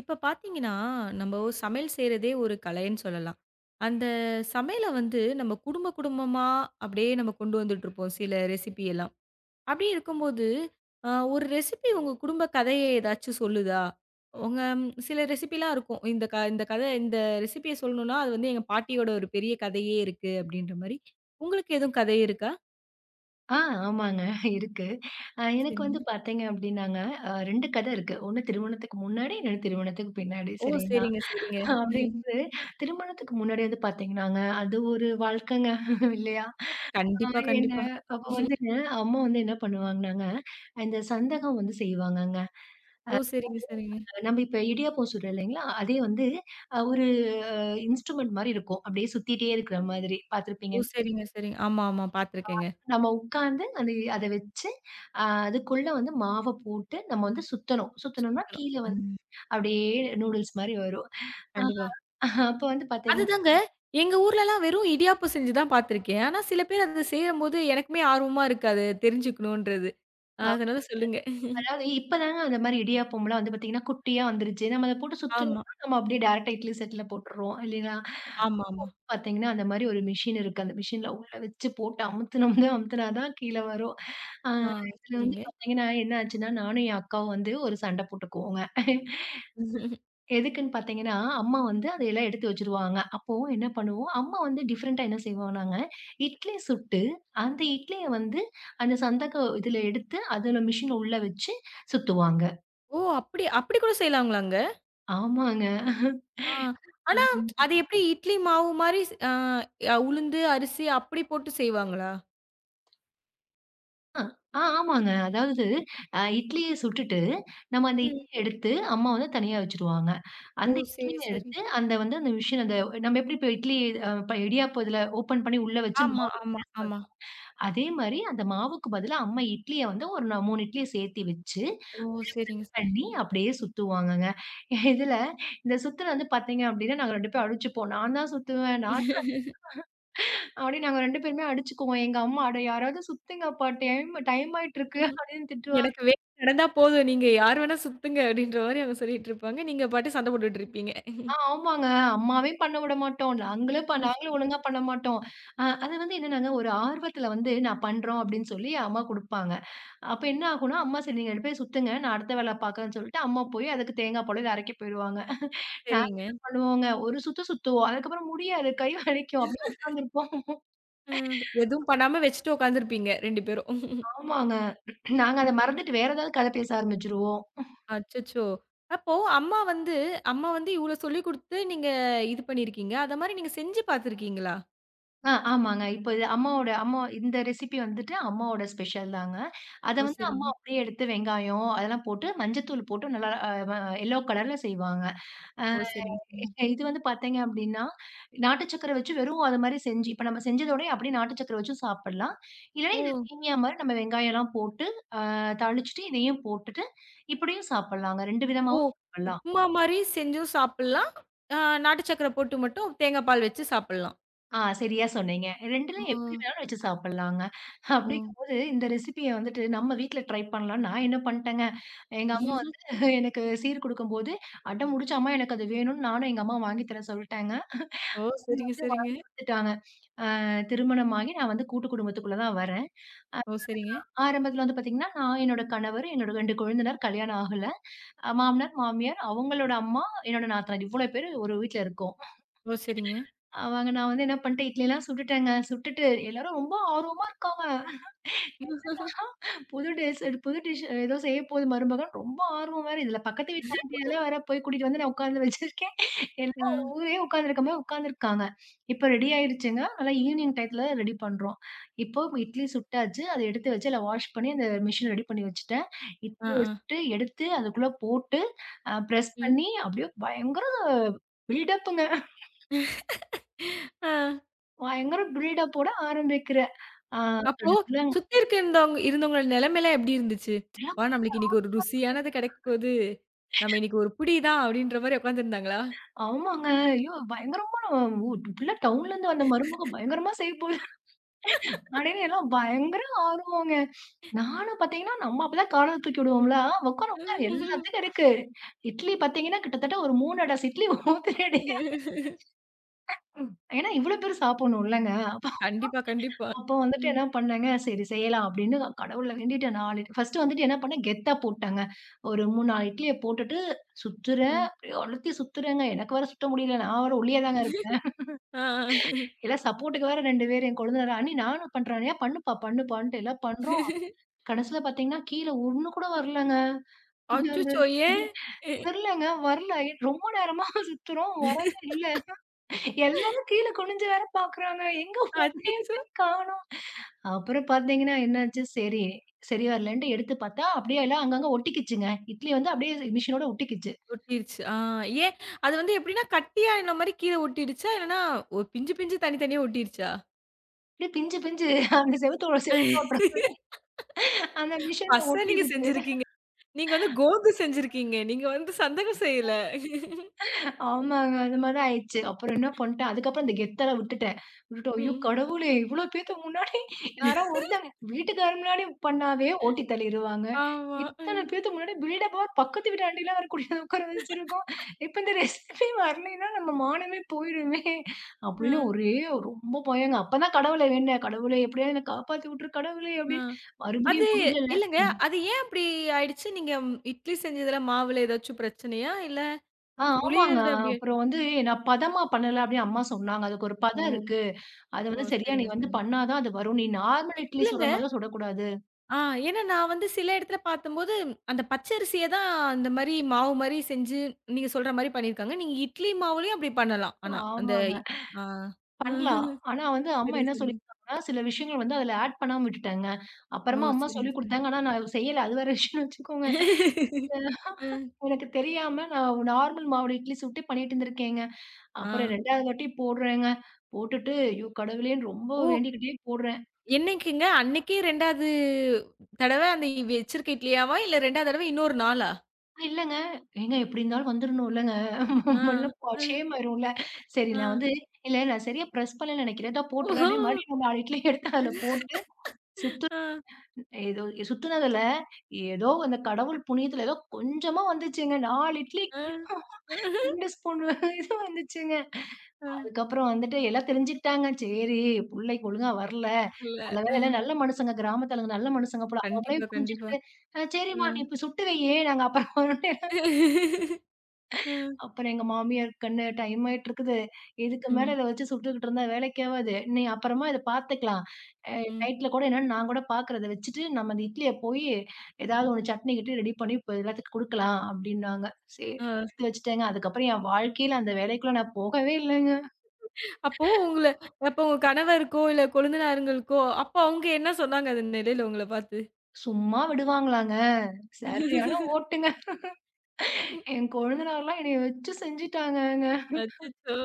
இப்ப பார்த்தீங்கன்னா, நம்ம ஒரு சமையல் செய்றதே ஒரு கலைன்னு சொல்லலாம். அந்த சமையல வந்து நம்ம குடும்ப குடும்பமா அப்படியே நம்ம கொண்டு வந்துட்டுருப்போம் சில ரெசிபி எல்லாம். அப்படி இருக்கும்போது, ஒரு ரெசிபி உங்க குடும்ப கதைய ஏதாச்சும் சொல்லுதா? உங்க சில ரெசிபிலாம் இருக்கும். இந்த கதை இந்த ரெசிபிய சொல்லணும்னா, அது வந்து எங்க பாட்டியோட ஒரு பெரிய கதையே இருக்கு அப்படின்ற மாரி. உங்களுக்கு எதுவும் கதை இருக்கா? ஆ ஆமாங்க. இருக்கு. எனக்கு வந்து சரிங்க. பார்த்தீங்க அப்டின்னாங்க, 2 கதை இருக்கு. ஒண்ணு திருமணத்துக்கு முன்னாடி, இன்னொன்னு திருமணத்துக்கு பின்னாடி ஓ! சரிங்களா? சரிங்க, சரிங்க. அப்டிங்கும்போது திருமணத்துக்கு முன்னாடி வந்து பார்த்தீங்கன்னாங்க, அது ஒரு வாழ்க்கைங்க இல்லையா? அ கண்டிப்பா, என்ன கண்டிப்பா. அப்ப வந்துங்க அம்மா வந்து என்ன பண்ணுவாங்கன்னாங்க, இந்த சந்தகம் வந்து செய்வாங்கங்க. ஓ! சரிங்க, சரிங்க. நம்ம இப்ப இடியாப்பம் சுடுறோம் இல்லைங்களா? அதே வந்து ஒரு இன்ஸ்ட்ருமெண்ட் மாரி இருக்கும். அப்டியே சுத்திட்டே இருக்கிற மாதிரி ஓ! பார்த்துருப்பீங்க. சரிங்க, சரிங்க. ஆமா, ஆமா. பார்த்துருக்கேங்க. நம்ம உட்கார்ந்து அந்த அத வச்சு, அ அதுக்குள்ள வந்து மாவ போட்டு நம்ம வந்து சுத்தணும். சுத்தணும்னா சுத்தறோம். கீழ வந்து ம். அப்படியே நூடுல்ஸ் மாரி வரும். அ கண்டிப்பா. அப்ப வந்து பார்த்தீங்கன்னா அதுதாங்க. எங்க ஊர்லலாம் வெறும் இடியாப்பம் செஞ்சு தான் பார்த்துருக்கேன். ஆனா சில பேர் அத செய்யும்போது எனக்குமே ஆர்வமா இருக்கு அது தெரிஞ்சுக்கணுன்றது. அதனால சொல்லுங்க. அதாவது இப்பதாங்க அந்த மாரி இடியாப்பம்லாம் வந்து பார்த்தீங்கன்னா, குட்டியா வந்துருச்சு. நம்ம அத போட்டு ஆமா. சுத்தணும்னா, நம்ம அப்படியே டைரக்ட்டா இட்லி செட்ல போட்டுறோம். இல்லைங்களா? ஆமாமா. பார்த்தீங்கன்னா, அந்த மாரி ஒரு மிஷின் இருக்கு. அந்த மிஷின்ல உள்ள வச்சு போட்டு அமுத்துனோம்னா அமுத்துனா தான் கீழ வரும். அ ஆ இதுல வந்து சரிங்க. பார்த்தீங்கன்னா, என்ன ஆச்சுன்னா, நானும் என் அக்காவும் வந்து ஒரு சண்டை போட்டுக்குவோங்க. எதுக்குன்னு பார்த்தீங்கன்னா, அம்மா வந்து அதையெல்லாம் எடுத்து வச்சுருவாங்க. அப்போ என்ன பண்ணுவோம், அம்மா வந்து டிஃபரெண்ட்டா என்ன செய்வோம் நாங்க, இட்லி சுட்டு, அந்த இட்லிய வந்து அந்த சந்தக இதில எடுத்து, அதுல மிஷின் உள்ள வச்சு சுத்துவாங்க. ஓ! அப்படி அப்படி கூட செய்யலாங்களாங்க? ஆமாங்க. ஆ. ஆனா ஆமா. அது எப்படி இட்லி மாவு மாரி ஸ் ஆ உளுந்து, அரிசி அப்படி போட்டு செய்வாங்களா? ஆமாங்க. அதாவது இட்லிய சுட்டுட்டு, நம்ம அந்த ம். இட்லிய எடுத்து அம்மா வந்து தனியா வச்சுருவாங்க. ஓ! அந்த சரி, இட்லிய சரி. எடுத்து, அந்த வந்து அந்த மிஷின் அந்த நம்ம எப்படி இப்போ இட்லி அ இடியாப்பம் இதில ஓப்பன் பண்ணி உள்ள வச்சு ஆமா, ஆமா, ஆமா. அதே மாரி அந்த மாவுக்கு பதிலா அம்மா இட்லிய வந்து ஒரு 3 இட்லிய சேர்த்து வச்சு, ஓ! சரிங்க, பண்ணி அப்படியே சுத்துவாங்கங்க. இதுல இந்த சுத்துறது வந்து பார்த்தீங்க அப்படின்னா, நாங்க 2 பேரும் அடிச்சுப்போம். நான் தான் சுத்துவேன். நான் சரி. அப்படியே நாங்க 2 பேருமே அடிச்சுக்குவோம். எங்க அம்மா, "அட யாராவது சுத்துங்கப்பா டைம் டைம் ஆயிட்டுருக்கு" அப்படின்னு திட்டுவாங்க. எனக்கு வேலை நடந்தா போதும். நீங்க யார் வேணா சுத்துங்க அப்டின்ற மாரி அவங்க சொல்லிட்டு இருப்பாங்க. நீங்க பாட்டு சண்டை போட்டுட்டு இருப்பீங்க. ஆமாங்க. அம்மாவே பண்ண விட மாட்டோம். நாங்களே ப ம். நாங்களும் ஒழுங்கா பண்ண மாட்டோம். அது வந்து என்னன்னாங்க, ஒரு ஆர்வத்துல வந்து நான் பண்றோம் அப்படின்னு சொல்லி அம்மா குடுப்பாங்க. அப்ப என்ன ஆகும்னா, அம்மா சரி நீங்க 2 பேரும் சுத்துங்க. நான் அடுத்த வேல பாக்கறேன்னு சொல்லிட்டு, அம்மா போய் அதுக்கு தேங்காய் பால் இத அரைக்க போயிருவாங்க. நாங்க சரிங்க. என்ன பண்ணுவோங்க, ஒரு சுத்து சுத்துவோம். அதுக்கப்புறம் முடியாது. கை வலிக்கும். அப்படியே உட்கார்ந்துருப்போம். ம். எதுவும் பண்ணாம வச்சுட்டு உட்காந்துருப்பீங்க 2 பேரும். ஆமாங்க. நாங்க அத ம். மறந்துட்டு வேற ஏதாவது கத பேச ஆரம்பிச்சுருவோம். அச்சச்சோ! அப்போ அம்மா வந்து அம்மா வந்து இவ்ளோ சொல்லிக் குடுத்து நீங்க இது பண்ணியிருக்கீங்க. அத மாரி நீங்க செஞ்சு பார்த்துருக்கீங்களா? ஆமாங்க. இப்ப இது அம்மாவோட அம்மா இந்த ரெசிபி வந்துட்டு அம்மாவோட ஸ்பெஷல் தாங்க. அத ஓ! வந்து அம்மா சரிங்க. அப்படியே எடுத்து வெங்காயம் அதெல்லாம் போட்டு மஞ்சத்தூள் போட்டு நல்லா அ வ எல்லோ கலர்ல செய்வாங்க. ஓ! சரிங்க. ம். இது வந்து பார்த்தீங்க அப்டின்னா, நாட்டு சக்கர வச்சு வெறும் அது மாரி செஞ்சு இப்ப நம்ம செஞ்சதோடயே அப்படியே நாட்டு சக்கர வச்சும் சாப்பிடலாம். இல்லன்னா இது ஓ! சேமியா மாரி நம்ம வெங்காயம்லாம் போட்டு, அ தாளிச்சுட்டு இதையும் போட்டுட்டு இப்படியும் சாப்பிடலாங்க. 2 ஓ! விதமாவும் சாப்பிடலாம். உப்புமா மாரி செஞ்சும் சாப்பிடலாம். அ நாட்டு சர்க்கரை போட்டு மட்டும் தேங்காய் பால் வச்சு சாப்பிடலாம். சரியா சொன்னீங்க. ஓ! 2லயும் எப்படி வேணாலும் வச்சு சாப்பிடலாங்க. ஓ! அப்படிங்கும்போது இந்த ரெசிபிய வந்துட்டு நம்ம வீட்ல ட்ரை பண்ணலாம்ன்னு நான் என்ன பண்ட்டேங்க, எங்க அம்மா வந்து எனக்கு சீர் குடுக்கும்போது, அடம் புடிச்சு அம்மா எனக்கு அது வேணும்னு நானும் எங்க அம்மா வாங்கி தர சொல்ட்டேங்க. ஓ! அவங்க சரிங்க, வந்து சரிங்க. வந்துட்டாங்க. அ திருமணமாகி நான் வந்து கூட்டு குடும்பத்துக்குள்ள தான் வரேன். அ ஓ! சரிங்க. ஆரம்பத்துல வந்து பாத்தீங்கன்னா, நான் என்னோட கணவர், என்னோட 2 கொழுந்தனார் கல்யாணம் ஆகல. மாமனார், மாமியார், அவங்களோட அம்மா, என்னோட நாத்தனார் இவ்வளோ பேரு ஒரு வீட்ல இருக்கோம். ஓ! சரிங்க. அவங்க நான் வந்து என்ன பண்ணிட்டேன், இட்லிலாம் சுட்டுட்டேங்க. சுட்டுட்டு எல்லாரும் ரொம்ப ஆர்வமா இருக்காங்க. ஆ புது ட்ரெஸ் எடு புது டிஷ் ஏதோ செய்ய போது மருமகன். ரொம்ப ஆர்வம் வேற. இதுல பக்கத்து வீட்டு ஆன்டியெல்லாம் வேற போய் கூட்டிட்டு வந்து நான் உட்காந்து வச்சிருக்கேன். ஆ, எல்லாம் ஒரு ஊரே உட்காந்துருக்க மாரி உட்காந்துருக்காங்க. இப்ப ரெடி ஆயிருச்சுங்க. நல்லா ஈவினிங் டயத்துல ரெடி பண்றோம். இப்போ இட்லி சுட்டாச்சு. அத எடுத்து வச்சு அதில வாஷ் பண்ணி அந்த மிஷின்ல ரெடி பண்ணி வச்சுட்டேன். ஆ, இட்லிய ஆ. சுட்டு எடுத்து அதுக்குள்ள போட்டு, பிரஸ் ம். பண்ணி அப்படியே பயங்கர பில்டப்புங்க. ஆ. பயங்கர பில்டப்போட ஆரம்பிக்கிறேன். ஆ அப்போ சுத்தி இருந்தவங்களோட நிலைமைலாம் எப்படி இருந்துச்சு? "அப்பா நம்மளுக்கு இன்னைக்கு ஒரு ருசியானது கிடைக்க போது. நம்ம இன்னைக்கு ஒரு புடி தான்" அப்படின்ற மாரி உட்கார்ந்திருந்தாங்களா? ஆமாங்க. ஐயோ! பயங்கரமா ஓ! புள்ள டவுன்லேருந்து வந்த மருமக பயங்கரமா செய்ய போது அப்படின்னு எல்லாம் பயங்கர ஆர்வங்க. நானும் பார்த்தீங்கன்னா, நம்ம அப்பதான் காலர தூக்கி விடுவோம்ல. "ஆ உட்காரு, உட்காரு எல்லாத்துக்கும் இருக்கு." இட்லி பார்த்தீங்கன்னா, கிட்டத்தட்ட ஒரு 3 1/2 இட்லி ஊத்துனேடி. ஏன்னா இவ்வளோ பேர் சாப்பிடணும் இல்லங்க. கண்டிப்பா, கண்டிப்பா. அப்போ வந்துட்டு ம். என்ன பண்ணேங்க, சரி செய்யலாம் அப்படின்னு கடவுள வேண்டிட்டேன். 4 இட் ஃபர்ஸ்ட்டு வந்துட்டு என்ன பண்ணேன், கெத்தா போட்டேங்க. ஒரு 3, 4 இட்லிய போட்டுட்டு சுத்துறேன். ம். அப்படியே அழுத்தி சுத்துறேங்க. எனக்கு வேற சுத்த முடியல. நான் வேற ஒல்லியா தாங்க இருப்பேன். ஆ. ஆ. எல்லாம் சப்போர்ட்டுக்கு வேற 2 பேரு. என் கொழுந்தனாரு, "அண்ணி நானும் பண்றேன்" "ஏன் பண்ணுப்பா, பண்ணுப்பான்ட்டு" எல்லாம் பண்றோம். கடைசில பார்த்தீங்கன்னா, கீழ ஒண்ணு கூட வரலங்க. இது வந்து அச்சச்சோ! ஏன்? இது தெரியலங்க. வரல. ரொம்ப நேரமா சுத்துறோம். வரவே இல்ல. எல்லாரும் கீழ குனிஞ்சு வேற பாக்குறாங்க. எங்க அச்சச்சோ! போனேன்னு காணோம். அப்புறம் பார்த்தீங்கன்னா, என்னாச்சு, சரி சரி வரலன்ட்டு எடுத்து பார்த்தா, அப்படியே எல்லாம் அங்கங்க ஒட்டிக்கிச்சுங்க. இட்லி வந்து அப்படியே மிஷினோட ஒட்டிக்கிச்சு. ஒட்டிருச்சு. ஆ ஏன்? அது வந்து எப்படின்னா கட்டியா என்ன மாரி கீழ ஒட்டிடுச்சா? இல்லன்னா ஒரு பிஞ்சு பிஞ்சு தனி தனியா ஒட்டிருச்சா? அப்படியே பிஞ்சு பிஞ்சு அந்த செவுத்தோட செவுத்த ஒட்டுற மாரி அந்த மிஷின்ல பச நீங்க ஒட்டிருச்சு. செஞ்சிருக்கீங்க. நீங்க வந்து கோது செஞ்சிருக்கீங்க. நீங்க வந்து சந்தகம் செய்யல. ஆமாங்க. அது மாரி தான் ஆயிடுச்சு. அப்புறம் என்ன பண்ட்டேன், அதுக்கப்புறம் அந்த கெத்தெல்லாம் விட்டுட்டேன். விட்டுட்டு, ஐயோ ம். கடவுளே! இவ்ளோ பேத்துக்கு முன்னாடி யாரோ ஒருத்தங்க வீட்டுக்காரர் முன்னாடி பண்ணாவே ஓட்டி தள்ளிருவாங்க. ஆமா. இத்தன பேத்துக்கு முன்னாடி பில்டப்பா பக்கத்து வீட்டு ஆண்டிலாம் வேற கூட்டிட்டு உட்கார வச்சிருக்கோம். இப்ப இந்த ரெசிபி வரலைன்னா நம்ம மானமே போயிருமே! அப்படின்னு ம். ஒரே ரொம்ப பயங்க. அப்பதான் கடவுள வேண்டுனேன். கடவுளே! எப்படியாவது என்ன காப்பாத்தி விட்டுரு கடவுளே! அ, அ. அப்படின்னு அது மறுபடியும் புரியல. இல்லங்க. அது ஏன் அப்படி ஆயிடுச்சு? நீங்க இட்லி செஞ்சதுல மாவுல ஏதாச்சும் பிரச்சனையா? இல்ல ஆமாங்க. புளியறது அப்படியே அப்புறம் வந்து நான் பதமா பண்ணல அப்டின்னு அம்மா சொன்னாங்க. அதுக்கு ஒரு ஓ! பதம் இருக்கு. அது ஓ! வந்து சரியா நீ சரிங்க, வந்து சரிங்க. பண்ணா தான் அது வரும். நீ நார்மல் இட்லி இல்லங்க. சுடுற மாரிலாம் சுடக்கூடாது. ஆ, ஏன்னா நான் வந்து சில இடத்துல பார்த்தம்போது, அந்த பச்சரிசிய தான் அந்த மாரி மாவு மாரி செஞ்சு, நீங்க சொல்ற மாரி பண்ணியிருக்காங்க. நீங்க இட்லி மாவுலயும் அப்படி பண்ணலாம். ஆனா, அந்த ஆமாங்க. ஆ. பண்ணலாம். ஆனா வந்து அம்மா சரிங்க, என்ன சரிங்க. சொல்லியிருக்காங்கன்னா, சில விஷயங்கள் வந்து அதில ஆட் பண்ணாம விட்டுட்டேங்க. ஓ! அப்புறமா அம்மா சரிங்க, சொல்லிக் சரிங்க. குடுத்தாங்க. ஆனா நான் செய்யல. அது வேற விஷயம்னு வச்சுக்கோங்க. ம். எனக்கு தெரியாம நான் நார்மல் மாவுல இட்லி சுட்டு பண்ணிட்டு இருந்திருக்கேங்க. ஆ. அப்புறம் 2வது வாட்டி போடுறேங்க. போட்டுட்டு, ஐயோ! கடவுளேன்னு ரொம்ப ஓ! வேண்டிக்கிட்டே போடுறேன். என்னைக்குங்க? அன்னைக்கே 2வது தடவ அந்த வச்சிருக்க இட்லியாவா? இல்ல 2வது தடவ இன்னொரு நாளா? இல்லங்க. ஏங்க எப்டி இருந்தாலும் வந்துரணும்ல. ஆ, நம்மள அ, ஷேம் வரும்ல. சரி ஆ. நான் வந்து இல்ல நான் சரியா பிரஸ் பண்ணலன்னு நெனைக்கிறேன். இதா போட்டுறேன் ஓஹோ! அப்படின்னு மறுபடியும் நம்ம 4 இட்லிய எடுத்து அதுல போட்டு சுத்து ஆ, ஏதோ சுத்துனதுல ஏதோ அந்த கடவுள் புண்ணியத்துல ஏதோ கொஞ்சமா வந்துச்சுங்க. 4 ஆ. இட்லிக்கு 2 ஸ்பூன் இது வந்துச்சுங்க. ஆ. அதுக்கப்புறம் வந்துட்டு எல்லாம் தெரிஞ்சுக்கிட்டாங்க. சரி புள்ளைக்கு ஒழுங்கா வரல. இல்ல. நல்ல வேளை அ. எல்லாம் நல்ல மனுசங்க கிராமத்தாளுங்க நல்ல மனுசங்க போல. அவங்களே கண்டிப்பா, கண்டிப்பா. புரிஞ்சுகிட்டு, "அ சரிம்மா அ. நீ இப்ப சுட்டு வையி நாங்க அப்புறம் ம். அப்புறம் எங்க மாமியார் கண்ணு டைம் ஆயிட்டு இருக்குது. இதுக்கு மேல ம். ம். இத வச்சு சுட்டுக்கிட்டு இருந்தா வேலைக்கு ஆவாது. நீ அப்புறமா இத பார்த்துக்கலாம். அ ம். நைட்ல கூட என்னன்னு நான் கூட பார்க்குறேன். இத வச்சுட்டு நம்ம அந்த இட்லிய போயி ஏதாவது ஒண்ணு சட்னி கிட்னி ரெடி பண்ணி இப்ப எல்லாத்துக்கும் குடுக்கலாம் அப்டின்னாங்க. சரி ஆ. எடுத்து வச்சுட்டேங்க. அதுக்கப்புறம் என் வாழ்க்கையில அந்த வேலைக்குள்ள நான் போகவே இல்லங்க. அப்போ உங்கள அப்போ உங்க கணவருக்கோ, இல்ல கொழுந்தனாருங்களுக்கோ, அப்போ அவங்க என்ன சொன்னாங்க அந்த நிலையில உங்கள பார்த்து? சும்மா விடுவாங்களாங்க? சரியான ஓட்டுங்க. என் கொழுந்தனார்லாம் என்னைய வச்சு செஞ்சுட்டாங்கங்க. அச்சச்சோ!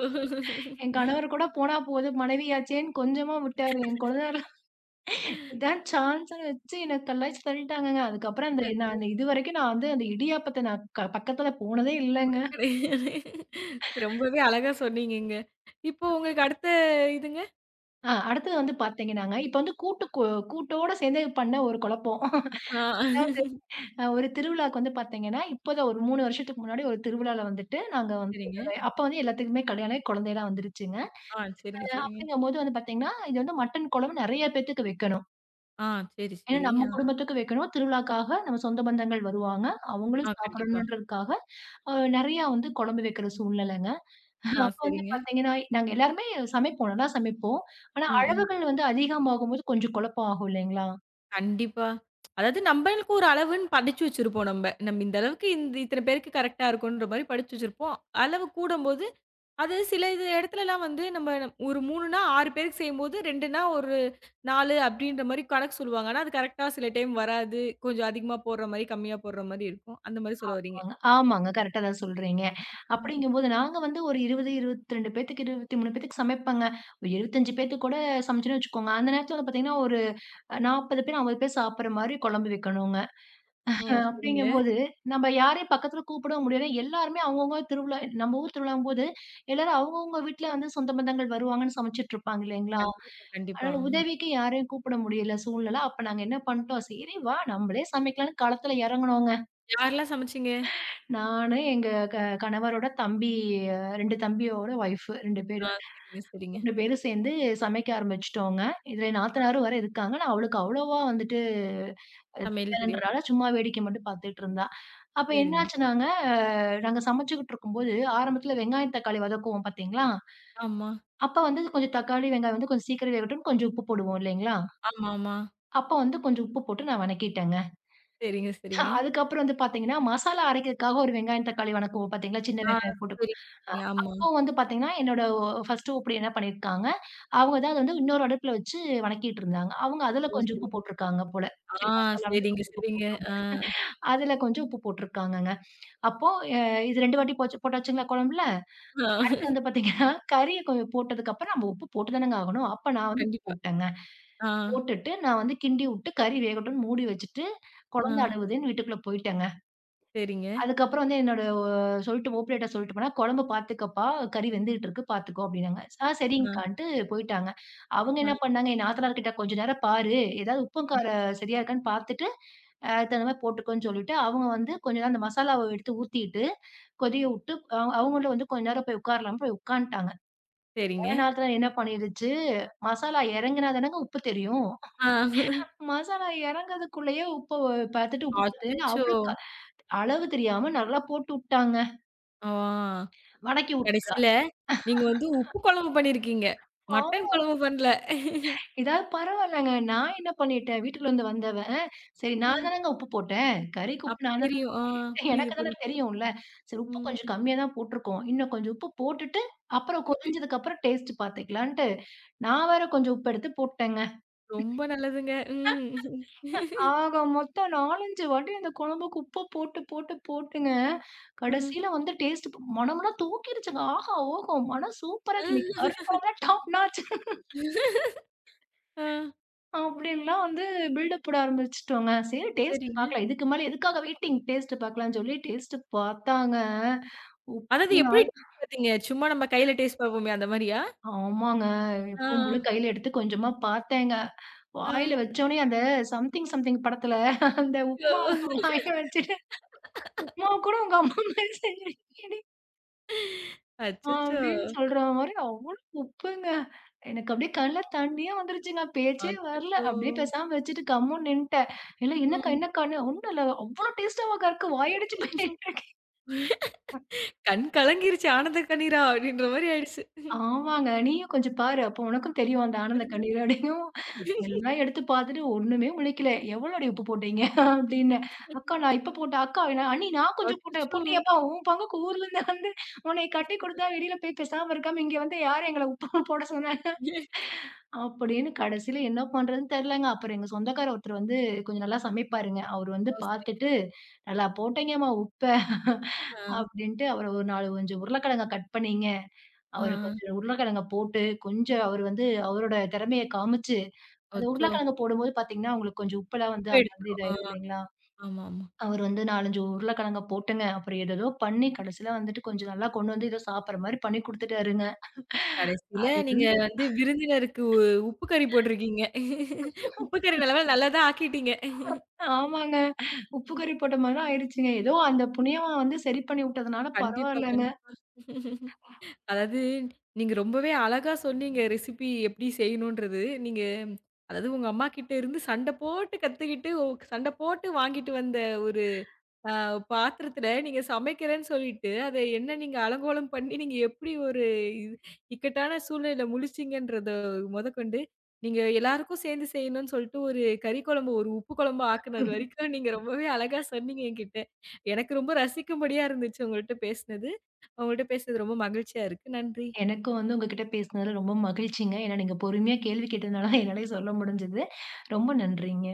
என் கணவர் கூட போனா போது மனைவியாச்சேன்னு கொஞ்சமா விட்டாரு. என் கொழுந்தனார் இதான் சான்ஸ்ன்னு வச்சு என்ன கலாய்ச்சு தள்ளிட்டாங்கங்க. அதுக்கப்புறம் அந்த நான் அந்த இதுவரைக்கும் நான் வந்து அந்த இடியாப்பத்த நான் பக்கத்துல போனதே இல்லங்க. கிடையாது. ரொம்பவே அழகா சொன்னீங்கங்க. இப்போ உங்களுக்கு அடுத்த இதுங்க? அடுத்தது வந்து பாத்தீங்கன்னாங்க, இப்ப வந்து கூட்டு கூ கூட்டோட சேர்ந்து பண்ண ஒரு குழப்பம். ஆ. அதாவது ஒரு திருவிழாவுக்கு வந்து பாத்தீங்கன்னா, இப்போதான் ஒரு 3 வருஷத்துக்கு முன்னாடி ஒரு திருவிழால வந்துட்டு நாங்க வந்து சரிங்க. அப்ப வந்து எல்லாத்துக்குமே கல்யாணம் ஆகி குழந்தையெல்லாம் வந்துருச்சுங்க. ஆ, அ சரிங்க, சரிங்க. அப்படிங்கும்போது போது வந்து பாத்தீங்கன்னா, இது வந்து மட்டன் குழம்பு நெறைய பேத்துக்கு வைக்கணும். ஆ, சரி, ஏன்னா சரி. நம்ம ஆ, குடும்பத்துக்கு வைக்கணும். திருவிழாக்காக நம்ம சொந்த பந்தங்கள் வருவாங்க. அவங்களும் ஆ, கண்டிப்பா. சாப்பிடணுன்றதுக்காக நெறையா வந்து குழம்பு வைக்கிற சூழ்நிலைங்க. ஆ, அப்ப வந்து சரிங்க. பார்த்தீங்கன்னா, நாங்க எல்லாருமே சமைப்போம். நல்லா சமைப்போம். ஆனா ம். அளவுகள் வந்து அதிகமாகும்போது கொஞ்சம் குழப்பம் ஆகும் இல்லைங்களா? கண்டிப்பா. அதாவது நம்மளுக்கு ஒரு அளவுன்னு படிச்சு வச்சிருப்போம் நம்ம. நம்ம இந்த அளவுக்கு இந்த இத்தன பேருக்கு கரெக்ட்டா இருக்குன்ற மாரி படிச்சு வச்சிருப்போம். அளவு கூடும்போது, அது சில இது இடத்துலலாம் வந்து நம்ம ஒரு 3ன்னா 6 பேருக்கு செய்யும்போது, 2ன்னா ஒரு 4 அப்படின்ற மாரி கணக்கு சொல்லுவாங்க. ஆனா, அது கரெக்ட்டா சில டைம் வராது. கொஞ்சம் அதிகமா போடுற மாரி, கம்மியா போடுற மாரி இருக்கும். அந்த மாரி சொல்ல வர்றீங்க. ஆமாங்க. ஆமாங்க. கரெக்ட்டா தான் சொல்றீங்க. அப்படிங்கும்போது நாங்க வந்து ஒரு 20, 22 பேத்துக்கு, 23 பேத்துக்கு சமைப்பேங்க. ஒரு 25 பேத்துக்கு கூட சமைச்சோன்னு வச்சுக்கோங்க. அந்த நேரத்துல வந்து பார்த்தீங்கன்னா, ஒரு 40 பேர், 50 பேர் சாப்பிடுற மாரி குழம்பு வைக்கணுங்க. ஓ! சரிங்க. அப்படிங்கும்போது, நம்ம யாரையும் பக்கத்துல கூப்பிடவும் முடியாது. எல்லாருமே அவங்கவங்க திருவிழா நம்ம ஊர் திருவிழாங்கும்போது, எல்லாரும் அவங்கவங்க வீட்ல வந்து சொந்த பந்தங்கள் வருவாங்கன்னு சமைச்சுட்டு இருப்பாங்க இல்லைங்களா? கண்டிப்பா, கண்டிப்பா. அதனால ம். உதவிக்கு யாரையும் கூப்பிட முடியல சூழ்நிலை. அப்ப நாங்க என்ன பண்ணிட்டோம், சரி வா நம்மளே சமைக்கலாம்ன்னு களத்துல இறங்குனோங்க. யாரெல்லாம் சமைச்சீங்க? நானு, எங்க க கணவரோட தம்பி, 2 தம்பியோட ஒய்ஃப் 2 பேரு. ஆ சரிங்க, சரிங்க. 3 பேரும் சேர்ந்து சமைக்க ஆரம்பிச்சுட்டோங்க. இதுல என் நாத்தனாரும் வேற இருக்காங்க. நான் அவளுக்கு அவ்வளவா வந்துட்டு அது சமையல் தெரியாது. தெரியாதுன்றனால சும்மா வேடிக்கை மட்டும் பார்த்துட்டு இருந்தா. அப்ப சரிங்க. என்னாச்சுன்னாங்க, நாங்க சமைச்சுக்கிட்டு இருக்கும்போது, ஆரம்பத்துல வெங்காயம், தக்காளி வதக்குவோம் பார்த்தீங்களா? ஆமா. அப்ப வந்து கொஞ்சம் தக்காளி, வெங்காயம் வந்து கொஞ்சம் சீக்கிரம் வேகட்டும்னு கொஞ்சம் உப்பு போடுவோம் இல்லைங்களா? ஆமாமா. அப்ப வந்து கொஞ்சம் உப்பு போட்டு நான் வணக்கிட்டேங்க. சரிங்க, சரிங்க. அதுக்கப்புறம் வந்து பார்த்தீங்கன்னா, மசாலா அரைக்கிறதுக்காக ஒரு வெங்காயம், தக்காளி வணக்குவோம் பார்த்தீங்களா? சின்ன ஆ வெங்காயம் போட்டு. சரிங்க, அ சரிங்க. ஆமா. அப்போ வந்து பார்த்தீங்கன்னா, என்னோட ஒ ஃபர்ஸ்ட்டு ஓப்படி என்ன பண்ணியிருக்காங்க, அவங்க தான் அத வந்து இன்னொரு அடுப்புல வச்சு வணக்கிட்டு இருந்தாங்க. அவங்க அதுல ஓ! கொஞ்சம் உப்பு சரிங்க. போட்டிருக்காங்க போல. ஆ சரி மசாலாவுல சரிங்க, கொஞ்சம் உப்பு சரிங்க. போட்டுருவோம். ஆ, அதுல கொஞ்சம் உப்பு போட்டிருக்காங்கங்க. அப்போ அ இது 2 வாட்டி போச்சு போட்டாச்சுங்களா குழம்புல? ஆ அடுத்து வந்து பார்த்தீங்கன்னா, கறிய போட்டதுக்கப்புறம் நம்ம உப்பு போட்டு தானங்க ஆகணும். அப்ப நான் வந்து உப்பு கண்டிப்பா. போட்டேங்க. ஆ, போட்டுட்டு நான் வந்து கிண்டி விட்டு கறி வேகட்டும்ன்னு மூடி வச்சுட்டு, ஆ குழந்த அழுவுதுன்னு வீட்டுக்குள்ள போயிட்டேங்க. சரிங்க. அதுக்கப்புறம் வந்து என்னோட ஒ சொல்லிட்டு மாப்பிள்ளைட்ட சொல்லிட்டு போனேன், "குழம்பு பார்த்துக்கப்பா, கறி வெந்துகிட்டு இருக்கு பார்த்துக்கோ" அப்படின்னாங்க. ஆ, சரிங்கக்கான்ட்டு போயிட்டாங்க. அவங்க ஆ என்ன பண்ணாங்க, என் நாத்தனார் கிட்ட "கொஞ்ச நேரம் பாரு, ஏதாவது உப்பும் காரம் சரியா இருக்கான்னு பார்த்துட்டு, அதுக்கு தகுந்த மாரி போட்டுக்கோன்னு" சொல்லிட்டு, அவங்க வந்து கொஞ்ச நேரம் அந்த மசாலாவ எடுத்து ஊத்திட்டு, கொதிய விட்டு, அவங்களும் வந்து கொஞ்ச நேரம் போய் உட்காரலாம்ன்னு போய் உட்காந்துட்டாங்க. கொஞ்ச சரிங்க. நேரத்துல என்ன பண்ணிடுச்சு, மசாலா இறங்குனா தானங்க உப்பு தெரியும். ஆ மசாலா இறங்கறதுக்குள்ளயே உப்ப பாத்துட்டு உப்பு பத்தலன்னு அச்சச்சோ! அவளும் அளவு தெரியாம நல்லா போட்டு உட்டாங்க. ஆ வதக்கி கடைசில நீங்க வந்து உப்பு குழம்பு பண்ணியிருக்கீங்க. மட்டன் விட்டுட்டோம். குழம்பு பண்ணல. இதாவது பரவாயில்லங்க. நான் என்ன பண்ணிட்டேன், வீட்டுக்குள்ளருந்து வந்தவன், சரி ஆ நான் தானங்க உப்பு போட்டேன். கறிக்கு அப்ப உப்பு நான் தான போட்டேன். தெரியும். ஆ புரியுது, எனக்கு தான புரியுது. தெரியும்ல. சரி உப்பு ம். கொஞ்சம் கம்மியா தான் போட்டுருக்கோம். இன்னும் கொஞ்சம் உப்பு போட்டுட்டு, அப்புறம் கொதிஞ்சதுக்கு அப்புறம் டேஸ்ட் பாத்துக்கலான்ட்டு, நான் வேற கொஞ்சம் உப்பு எடுத்து போட்டேங்க. ரொம்ப நல்லதுங்க. ம். ஆக மொத்தம் 4, 5 வாட்டி அந்த குழம்புக்கு உப்ப போட்டு, போட்டு, போட்டுங்க, ம். கடைசியில வந்து டேஸ்ட் மனம்லாம் தூக்கிருச்சுங்க. ஆஹா! ஓஹோ! மனம் சூப்பரா இருக்கு. இன்னைக்கு கறி குழம்புலாம் டாப் நாச். ஆ அப்படின்லாம் வந்து பில்டப் போட ஆரம்பிச்சுட்டோங்க. சரி டேஸ்ட் சரிங்க. பார்க்கலாம். இதுக்கு மேல எதுக்காக வெயிட்டிங்? டேஸ்ட் பார்க்கலாம்னு சொல்லி டேஸ்ட் பார்த்தாங்க. அதாவது உப்பு எப்படி நாள் டேஸ்ட் பாத்தீங்க? சும்மா நம்ம கையில டேஸ்ட் பாப்போமே அந்த மாரியா? ஆமாங்க. ஆ, எப்பவும் போல கையில எடுத்து கொஞ்சமா பார்த்தேங்க. ஆ. வாயில வச்சோனே அந்த சம்திங் சம்திங் படத்துல அந்த ஐயோ! உப்மா வாயில வச்சுட்டு, உப்மாவ கூட உங்க அம்மா மாரி செஞ்சிருக்கீடி. அச்சச்சோ! அப்படின்னு சொல்ற மாரி அவ்ளோ உப்புங்க. எனக்கு அப்படியே கண்ல தண்ணியே வந்துருச்சுங்க. பேச்சே வரல. அச்சச்சோ! அப்படியே பேசாம வச்சுட்டு கம்முன்னு நின்ட்டேன். இல்ல "என்னக்கா, ம். என்னக்கான்னு" "ஒண்ணும் இல்ல. அவ்ளோ டேஸ்ட்டாவாக்கா இருக்கு. வாயடிச்சு போய்" கண் கலங்கிருச்சு ஆனந்த கண்ணீரா அப்படின்ற மாரி ஆயிடுச்சு. "ஆமாங்க. நீயும் கொஞ்சம் பாரு. அப்போ உனக்கும் தெரியும் அந்த ஆனந்த சரி, சரி. கண்ணீர்" அப்படிங்கவும் எல்லாம் எடுத்து பார்த்துட்டு ஒண்ணுமே முழிக்கல. "எவ்வளோடி உப்பு போட்டீங்க?" அப்படின்னேன். "அக்கா நான் இப்ப போட்டேன்." "அக்கா நான் அண்ணி நான் கொஞ்சம் போட்டேன்." அச்சச்சோ! "போட்டியாப்பா? உன் பங்குக்கு ஊர்ல இருந்து வந்து உன்னைய கட்டி கொடுத்தா வெளியில போய் பேசாம இருக்காம இங்க வந்து யாரு எங்கள உப்பு போட சொன்னா?" அப்படின்னு கடைசியில என்ன பண்றதுன்னு தெரியலங்க. அப்புறம் எங்க சொந்தக்காரர் ஒருத்தர் வந்து கொஞ்சம் நல்லா சமைப்பாருங்க. அவரு வந்து ஓ! சரி. பார்த்துட்டு, "நல்லா போட்டீங்கம்மா உப்ப" ஆ, அப்படின்ட்டு, அவரு ஒரு 4 கொஞ்சம் உருளைக்கிழங்க கட் பண்ணீங்க. ஆ. அவரு கொஞ்சம் உருளைக்கிழங்க போட்டு, கொஞ்சம் அவரு வந்து அவரோட திறமைய காமிச்சு, அந்த அச்சோ! உருளைக்கிழங்க போடும்போது பார்த்தீங்கன்னா, உங்களுக்கு கொஞ்சம் உப்பெல்லாம் வந்து உப்பு அது வந்து எடுத்துரும். ஆ, இதாயிரும் இல்லைங்களா? ஆமாமா. அவரு வந்து 4, 5 உருளைக்கிழங்க போட்டுங்க. அப்புறம் ஏதேதோ பண்ணி, கடைசியில வந்துட்டு கொஞ்சம் நல்லா கொண்டு வந்து ஏதோ சாப்பிடுற மாரி பண்ணி குடுத்துட்டாருங்க. கடைசியில அது நீங்க வந்து வந்து விருந்தினருக்கு உப்பு கறி போட்டிருக்கீங்க. உப்பு கறி நல்ல வேள நல்லா தான் ஆக்கிட்டீங்க. ஆமாங்க. உப்பு கறி போட்ட மாரி தான் ஆயிடுச்சுங்க. ஏதோ அந்த புண்ணியமா வந்து சரி பண்ணி விட்டதுனால கண்டிப்பா, பரவாயில்லங்க. கண்டிப்பா. அதாவது, நீங்க ரொம்பவே அழகா சொன்னீங்க ரெசிபி எப்படி செய்யணுன்றது. நீங்க அதாவது உங்க அம்மாகிட்ட இருந்து சண்டை போட்டு கத்துக்கிட்டு, சண்டை போட்டு வாங்கிட்டு வந்த ஒரு ஆ பாத்திரத்துல நீங்க சமைக்கிறேன்னு சொல்லிட்டு, அத என்ன நீங்க அலங்கோலம் பண்ணி நீங்க எப்படி ஒரு இது இக்கட்டான சூழ்நிலையில முழிச்சீங்கன்றத மொதக்கொண்டு, நீங்க எல்லாருக்கும் சேர்ந்து செய்யணும்னு சொல்லிட்டு ஒரு கறி குழம்பு, ஒரு உப்பு குழம்பா ஆக்குனது வரைக்கும் நீங்க ரொம்பவே அழகா சொன்னீங்க என்கிட்ட. எனக்கு ரொம்ப ரசிக்கும்படியா இருந்துச்சு உங்கள்ட்ட பேசினது. உங்கள்ட்ட பேசினது ரொம்ப மகிழ்ச்சியா இருக்கு. நன்றி. எனக்கும் வந்து உங்ககிட்ட பேசினதுல ரொம்ப மகிழ்ச்சிங்க. ஏன்னா நீங்க பொறுமையா கேள்வி கேட்டதுனால என்னாலயே சொல்ல முடிஞ்சது. ரொம்ப நன்றிங்க.